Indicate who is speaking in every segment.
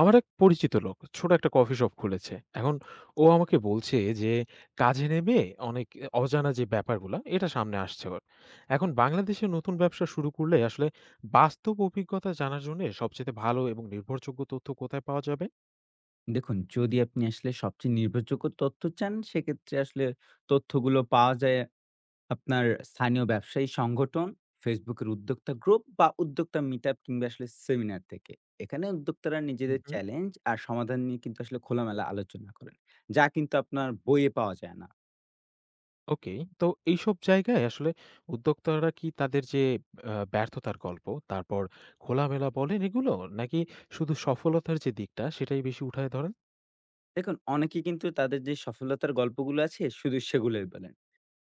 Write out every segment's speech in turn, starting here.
Speaker 1: আমার এক পরিচিত লোক ছোট একটা কফি শপ খুলেছে। এখন ও আমাকে বলছে যে কাজে নেমে অনেক অজানা যে ব্যাপারগুলা এটা সামনে আসছে ওর। এখন বাংলাদেশে নতুন ব্যবসা শুরু করলে আসলে বাস্তব অভিজ্ঞতা জানার জন্য সবচেয়ে ভালো এবং নির্ভরযোগ্য তথ্য কোথায় পাওয়া যাবে?
Speaker 2: দেখুন, যদি আপনি আসলে সবচেয়ে নির্ভরযোগ্য তথ্য চান, সেক্ষেত্রে আসলে তথ্যগুলো পাওয়া যায় আপনার স্থানীয় ব্যবসায়ী সংগঠন, Facebook এর উদ্যোক্তা গ্রুপ বা উদ্যোক্তা মিটআপ কিংবা আসলে সেমিনার থেকে। এখানে উদ্যোক্তারা নিজেদের
Speaker 1: হুম।
Speaker 2: চ্যালেঞ্জ আর সমাধান নিয়ে কিন্তু আসলে খোলামেলা আলোচনা করেন। যা কিন্তু আপনার বইয়ে পাওয়া যায় না।
Speaker 1: ওকে, তো এইসব জায়গায় আসলে উদ্যোক্তারা কি তাদের যে ব্যর্থতার গল্প, তারপর খোলামেলা বলেন এগুলো নাকি শুধু সফলতার যে দিকটা সেটাই বেশি উঠায় ধরেন?
Speaker 2: দেখুন, অনেকে কিন্তু তাদের যে সফলতার গল্পগুলো আছে শুধু সেগুলোই বলেন।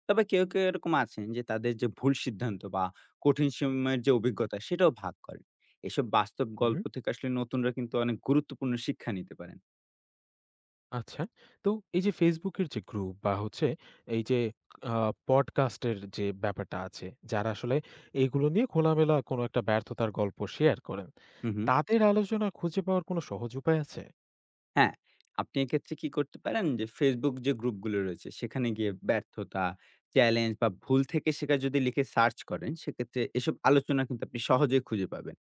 Speaker 2: তবে কেউ, কেউ এরকম আছেন যে তাদের যে ভুল সিদ্ধান্ত বা কঠিন সময়ের যে অভিজ্ঞতা সেটাও ভাগ করেন। এসব বাস্তব
Speaker 1: হুম।
Speaker 2: গল্প থেকে আসলে নতুনরা কিন্তু অনেক গুরুত্বপূর্ণ শিক্ষা নিতে পারেন।
Speaker 1: আচ্ছা। তো এই যে Facebook এর যে গ্রুপ বা হচ্ছে এই যে আ পডকাস্টের যে ব্যাপারটা আছে, যারা আসলে এগুলো নিয়ে খোলামেলা কোনো একটা ব্যর্থতার গল্প শেয়ার করেন।
Speaker 2: হুম, হুম।
Speaker 1: তাদের আলোচনা খুঁজে পাওয়ার কোনো সহজ উপায় আছে?
Speaker 2: হ্যাঁ, আপনি এক্ষেত্রে কি করতে পারেন যে Facebook যে গ্রুপগুলো রয়েছে সেখানে গিয়ে ব্যর্থতা, চ্যালেঞ্জ বা ভুল থেকে শেখা যদি লিখে সার্চ করেন সেক্ষেত্রে এসব আলোচনা কিন্তু আপনি সহজেই খুঁজে পাবেন।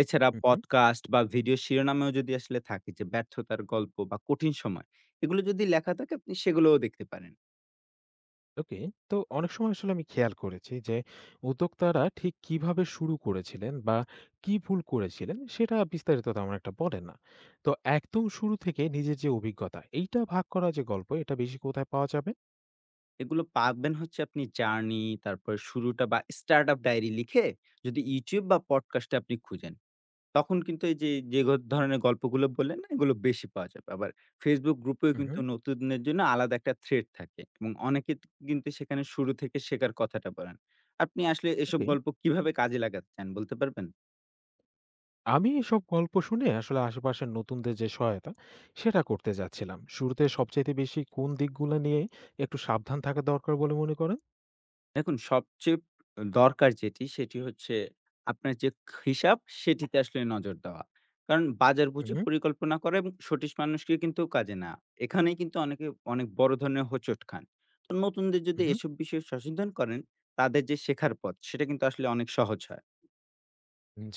Speaker 2: এছাড়া
Speaker 1: হু, হু।
Speaker 2: পডকাস্ট বা ভিডিও শিরোনামেও যদি আসলে থাকে যে ব্যর্থতার গল্প বা কঠিন সময় এগুলো যদি লেখা থাকে আপনি সেগুলোও দেখতে পারেন।
Speaker 1: ওকে। তো অনেক সময় আসলে আমি খেয়াল করেছি যে উদ্যোক্তারা ঠিক কিভাবে শুরু করেছিলেন বা কি ভুল করেছিলেন সেটা বিস্তারিত তেমন একটা বলেন না। তো একদম শুরু থেকে নিজের যে অভিজ্ঞতা এইটা ভাগ করা যে গল্প এটা বেশি কোথায় পাওয়া যাবে?
Speaker 2: এগুলো পাবেন হচ্ছে আপনি জার্নি, তারপর শুরুটা বা স্টার্টআপ ডায়েরি লিখে যদি YouTube বা পডকাস্টে আপনি খুঁজেন, তখন কিন্তু এই যে, যে গ ধরনের গল্পগুলো বললেন না, এগুলো বেশি পাওয়া যাবে। আবার Facebook গ্রুপেও
Speaker 1: হু, হু।
Speaker 2: কিন্তু নতুনদের জন্য আলাদা একটা থ্রেড থাকে এবং অনেকে কিন্তু সেখানে শুরু থেকে শেখার কথাটা বলেন। আপনি আসলে এসব
Speaker 1: ওকে।
Speaker 2: গল্প কিভাবে কাজে লাগাতে চান বলতে পারবেন?
Speaker 1: আমি এসব গল্প শুনে আসলে আশেপাশের নতুনদের যে সহায়তা সেটা করতে যাচ্ছিলাম। শুরুতে সবচাইতে বেশি কোন দিকগুলো নিয়ে একটু সাবধান থাকা দরকার বলে মনে করেন?
Speaker 2: দেখুন সবচেয়ে দরকার যেটি সেটি হচ্ছে আপনার যে হিসাব সেটিতে আসলে নজর দেওয়া। কারণ বাজার বুঝে
Speaker 1: হুম,
Speaker 2: পরিকল্পনা করা এবং সঠিক মানুষকে কিন্তু কাজে না। এখানেই কিন্তু অনেকে অনেক বড় ধরনের হোঁচট খান। তো নতুনদের যদি
Speaker 1: হুম।
Speaker 2: এসব বিষয়ে সচেতন করেন, তাদের যে শেখার পথ সেটা কিন্তু আসলে অনেক সহজ হয়।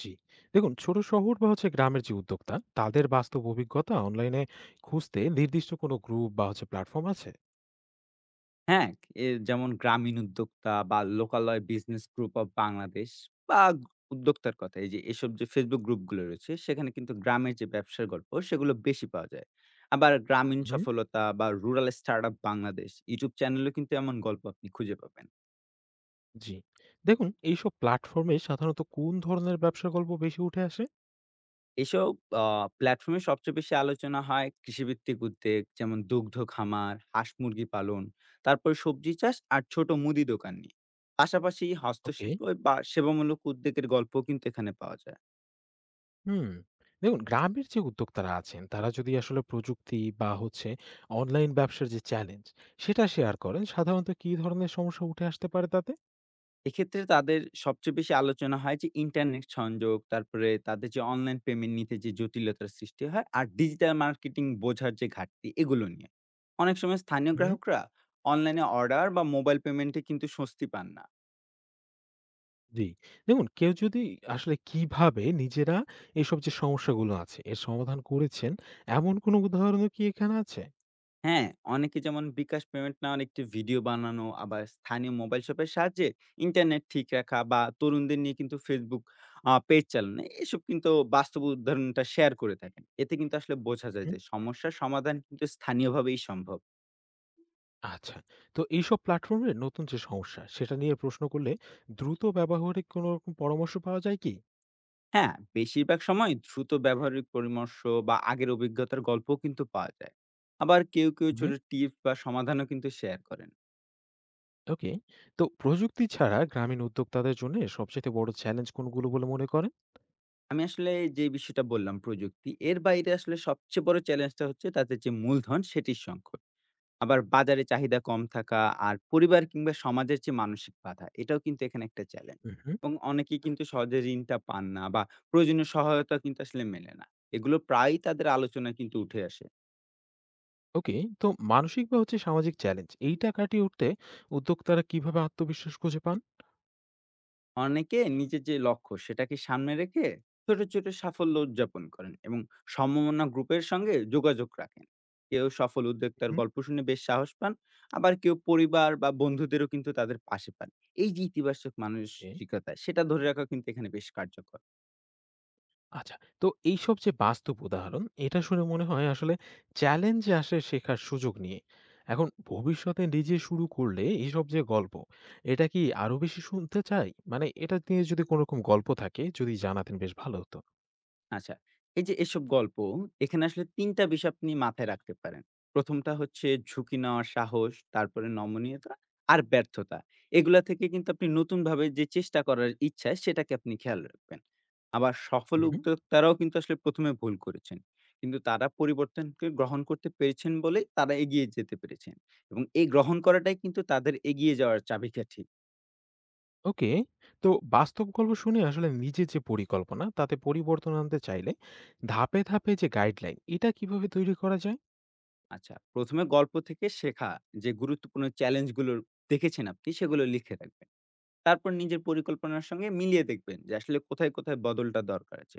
Speaker 1: জি। দেখুন ছোট শহর বা হচ্ছে গ্রামের যে উদ্যোক্তা তাদের বাস্তব অভিজ্ঞতা অনলাইনে খুঁজতে নির্দিষ্ট কোনো গ্রুপ বা হচ্ছে প্ল্যাটফর্ম আছে?
Speaker 2: হ্যাঁ, এ যেমন গ্রামীণ উদ্যোক্তা বা লোকালয় বিজনেস গ্রুপ অফ বাংলাদেশ বা উদ্যোক্তার কথা এই যে এসব যে ফেসবুক গ্রুপগুলো রয়েছে সেখানে কিন্তু গ্রামের যে ব্যবসার গল্প সেগুলো বেশি পাওয়া যায়। আবার গ্রামীণ
Speaker 1: হুম।
Speaker 2: সফলতা বা রুরাল স্টার্টআপ বাংলাদেশ ইউটিউব চ্যানেলেও কিন্তু এমন গল্প আপনি খুঁজে পাবেন।
Speaker 1: জি। দেখুন এইসব প্ল্যাটফর্মে সাধারণত কোন ধরনের ব্যবসার গল্প বেশি উঠে আসে?
Speaker 2: এইসব আ প্ল্যাটফর্মে সবচেয়ে বেশি আলোচনা হয় কৃষিভিত্তিক উদ্যোগ, যেমন দুগ্ধ খামার, হাঁস-মুরগি পালন, তারপরে সবজি চাষ আর ছোট মুদি দোকান নিয়ে। পাশাপাশি
Speaker 1: ওকে।
Speaker 2: হস্তশিল্প বা সেবামূলক উদ্যোগের গল্পও কিন্তু এখানে পাওয়া যায়।
Speaker 1: হুম। দেখুন গ্রামের যে উদ্যোক্তারা আছেন তারা যদি আসলে প্রযুক্তি বা হচ্ছে অনলাইন ব্যবসার যে চ্যালেঞ্জ সেটা শেয়ার করেন সাধারণত কি ধরনের সমস্যা উঠে আসতে পারে তাতে?
Speaker 2: এক্ষেত্রে তাদের সবচেয়ে বেশি আলোচনা হয় যে ইন্টারনেট সংযোগ, তারপরে তাদের যে অনলাইন পেমেন্ট নিতে যে জটিলতার সৃষ্টি হয় আর ডিজিটাল মার্কেটিং বোঝার যে ঘাটতি, এগুলো নিয়ে। অনেক সময় স্থানীয়
Speaker 1: হুম।
Speaker 2: গ্রাহকরা অনলাইনে অর্ডার বা মোবাইল পেমেন্টে কিন্তু স্বস্তি পান না।
Speaker 1: জি। দেখুন কেউ যদি আসলে কিভাবে নিজেরা এসব যে সমস্যাগুলো আছে এর সমাধান করেছেন এমন কোনো উদাহরণও কি এখানে আছে?
Speaker 2: হ্যাঁ, অনেকে যেমন বিকাশ পেমেন্ট নেওয়ার একটি ভিডিও বানানো, আবার স্থানীয় মোবাইল শপের সাহায্যে ইন্টারনেট ঠিক রাখা বা তরুণদের নিয়ে কিন্তু Facebook পেজ চালানো। এসব কিন্তু বাস্তব উদাহরণটা শেয়ার করে থাকেন। এতে কিন্তু আসলে বোঝা যায়
Speaker 1: হুম।
Speaker 2: যে সমস্যার সমাধান কিন্তু স্থানীয়ভাবেই সম্ভব।
Speaker 1: আচ্ছা। তো এইসব প্ল্যাটফর্মে নতুন যে সমস্যা সেটা নিয়ে প্রশ্ন করলে দ্রুত ব্যবহারিক কোনো রকম পরামর্শ পাওয়া যায় কি?
Speaker 2: হ্যাঁ, বেশিরভাগ সময় দ্রুত ব্যবহারিক পরামর্শ বা আগের অভিজ্ঞতার গল্পও কিন্তু পাওয়া যায়। আবার কেউ, কেউ ছোট
Speaker 1: হুম।
Speaker 2: টিপস বা সমাধানও কিন্তু শেয়ার করেন।
Speaker 1: ওকে। তো প্রযুক্তি ছাড়া গ্রামীণ উদ্যোক্তাদের জন্য সবচাইতে বড় চ্যালেঞ্জ কোনগুলো বলে মনে করেন?
Speaker 2: আমি আসলে যে বিষয়টা বললাম প্রযুক্তি, এর বাইরে আসলে সবচেয়ে বড় চ্যালেঞ্জটা হচ্ছে তাদের যে মূলধন সেটির সংকট। আবার বাজারে চাহিদা কম থাকা আর পরিবার কিংবা সমাজের যে মানসিক বাধা এটাও কিন্তু এখানে একটা চ্যালেঞ্জ।
Speaker 1: উহু।
Speaker 2: এবং অনেকেই কিন্তু সহজে ঋণটা পান না বা প্রয়োজনীয় সহায়তা কিন্তু আসলে মেলে না। এগুলো প্রায়ই তাদের আলোচনায় কিন্তু উঠে আসে।
Speaker 1: ওকে। তো মানসিক বা হচ্ছে সামাজিক চ্যালেঞ্জ এইটা কাটিয়ে উঠতে উদ্যোক্তারা কিভাবে আত্মবিশ্বাস খুঁজে পান?
Speaker 2: অনেকে নিজের যে লক্ষ্য সেটাকে সামনে রেখে ছোট, ছোট সাফল্য উদযাপন করেন এবং সম্ভাবনা গ্রুপের সঙ্গে যোগাযোগ রাখেন। কেউ সফল উদ্যোক্তার
Speaker 1: উহু।
Speaker 2: গল্প শুনে বেশ সাহস পান, আবার কেউ পরিবার বা বন্ধুদেরও কিন্তু তাদের পাশে পান। এই যে ইতিবাচক
Speaker 1: এ
Speaker 2: মানসিকতা সেটা ধরে রাখা কিন্তু এখানে বেশ কার্যকর।
Speaker 1: আচ্ছা। তো এইসব যে বাস্তব উদাহরণ এটা শুনে মনে হয় আসলে চ্যালেঞ্জ আসে শেখার সুযোগ নিয়ে। এখন ভবিষ্যতে নিজে শুরু করলে এইসব যে গল্প এটা কি আরো বেশি শুনতে চাই? মানে এটা নিয়ে যদি কোনরকম গল্প থাকে যদি জানাতেন বেশ ভালো হতো।
Speaker 2: আচ্ছা। এই যে এসব গল্প, এখানে আসলে ৩ টা বিষয় আপনি মাথায় রাখতে পারেন। ১ম টা হচ্ছে ঝুঁকি নেওয়ার সাহস, তারপরে নমনীয়তা আর ব্যর্থতা। এগুলা থেকে কিন্তু আপনি নতুনভাবে যে চেষ্টা করার ইচ্ছা, সেটাকে আপনি খেয়াল রাখবেন। আবার সফল
Speaker 1: উহু।
Speaker 2: উদ্যোক্তারাও কিন্তু আসলে ১ম এ ভুল করেছেন। কিন্তু তারা পরিবর্তনকে গ্রহণ করতে পেরেছেন বলেই তারা এগিয়ে যেতে পেরেছেন। এবং এই গ্রহণ করাটাই কিন্তু তাদের এগিয়ে যাওয়ার চাবিকাঠি।
Speaker 1: ওকে। তো বাস্তব গল্প শুনে আসলে নিজের যে পরিকল্পনা তাতে পরিবর্তন আনতে চাইলে ধাপে, ধাপে যে গাইডলাইন এটা কিভাবে তৈরি করা যায়?
Speaker 2: আচ্ছা, ১ম এ গল্প থেকে শেখা যে গুরুত্বপূর্ণ চ্যালেঞ্জগুলো দেখেছেন আপনি, সেগুলো লিখে রাখবেন। তারপর নিজের পরিকল্পনার সঙ্গে মিলিয়ে দেখবেন যে আসলে কোথায়, কোথায় বদলটা দরকার আছে।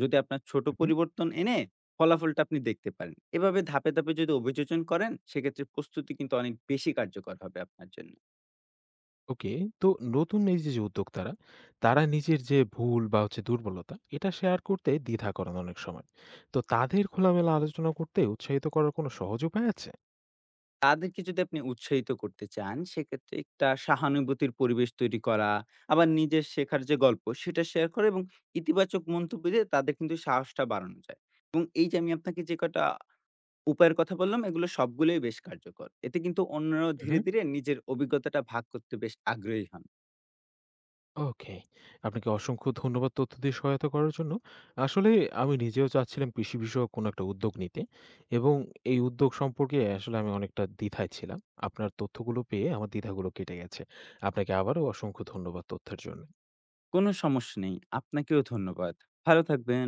Speaker 2: যদি আপনার ছোট
Speaker 1: উহু।
Speaker 2: পরিবর্তন এনে ফলাফলটা আপনি দেখতে পারেন। এভাবে ধাপে, ধাপে যদি অভিযোজন করেন সেক্ষেত্রে প্রস্তুতি কিন্তু অনেক বেশি কার্যকর হবে আপনার জন্য।
Speaker 1: ওকে। তো নতুন যে উদ্যোক্তারা তারা নিজের যে ভুল বা হচ্ছে দুর্বলতা এটা শেয়ার করতে দ্বিধা করেন অনেক সময়। তো তাদের খোলামেলা আলোচনা করতে উৎসাহিত করার কোনো সহজ উপায় আছে?
Speaker 2: তাদেরকে যদি আপনি উৎসাহিত করতে চান সেক্ষেত্রে একটা সহানুভূতির পরিবেশ তৈরি করা, আবার নিজের শেখার যে গল্প সেটা শেয়ার করা এবং ইতিবাচক মন্তব্য দিয়ে তাদের কিন্তু সাহসটা বাড়ানো যায়। এবং এই যে আমি আপনাকে যে কটা উপায়ের কথা বললাম, এগুলো সবগুলোই বেশ কার্যকর। এতে কিন্তু অন্যরাও
Speaker 1: উহু।
Speaker 2: ধীরে, ধীরে নিজের অভিজ্ঞতাটা ভাগ করতে বেশ আগ্রহী হন।
Speaker 1: ওকে। আপনাকে অসংখ্য ধন্যবাদ তথ্য দিয়ে সহায়তা করার জন্য। আসলে আমি নিজেও চাচ্ছিলাম কৃষি বিষয়ক কোনো একটা উদ্যোগ নিতে এবং এই উদ্যোগ সম্পর্কে আসলে আমি অনেকটা দ্বিধায় ছিলাম। আপনার তথ্যগুলো পেয়ে আমার দ্বিধাগুলো কেটে গেছে। আপনাকে আবারও অসংখ্য ধন্যবাদ তথ্যের জন্য।
Speaker 2: কোনো সমস্যা নেই। আপনাকেও ধন্যবাদ। ভালো থাকবেন।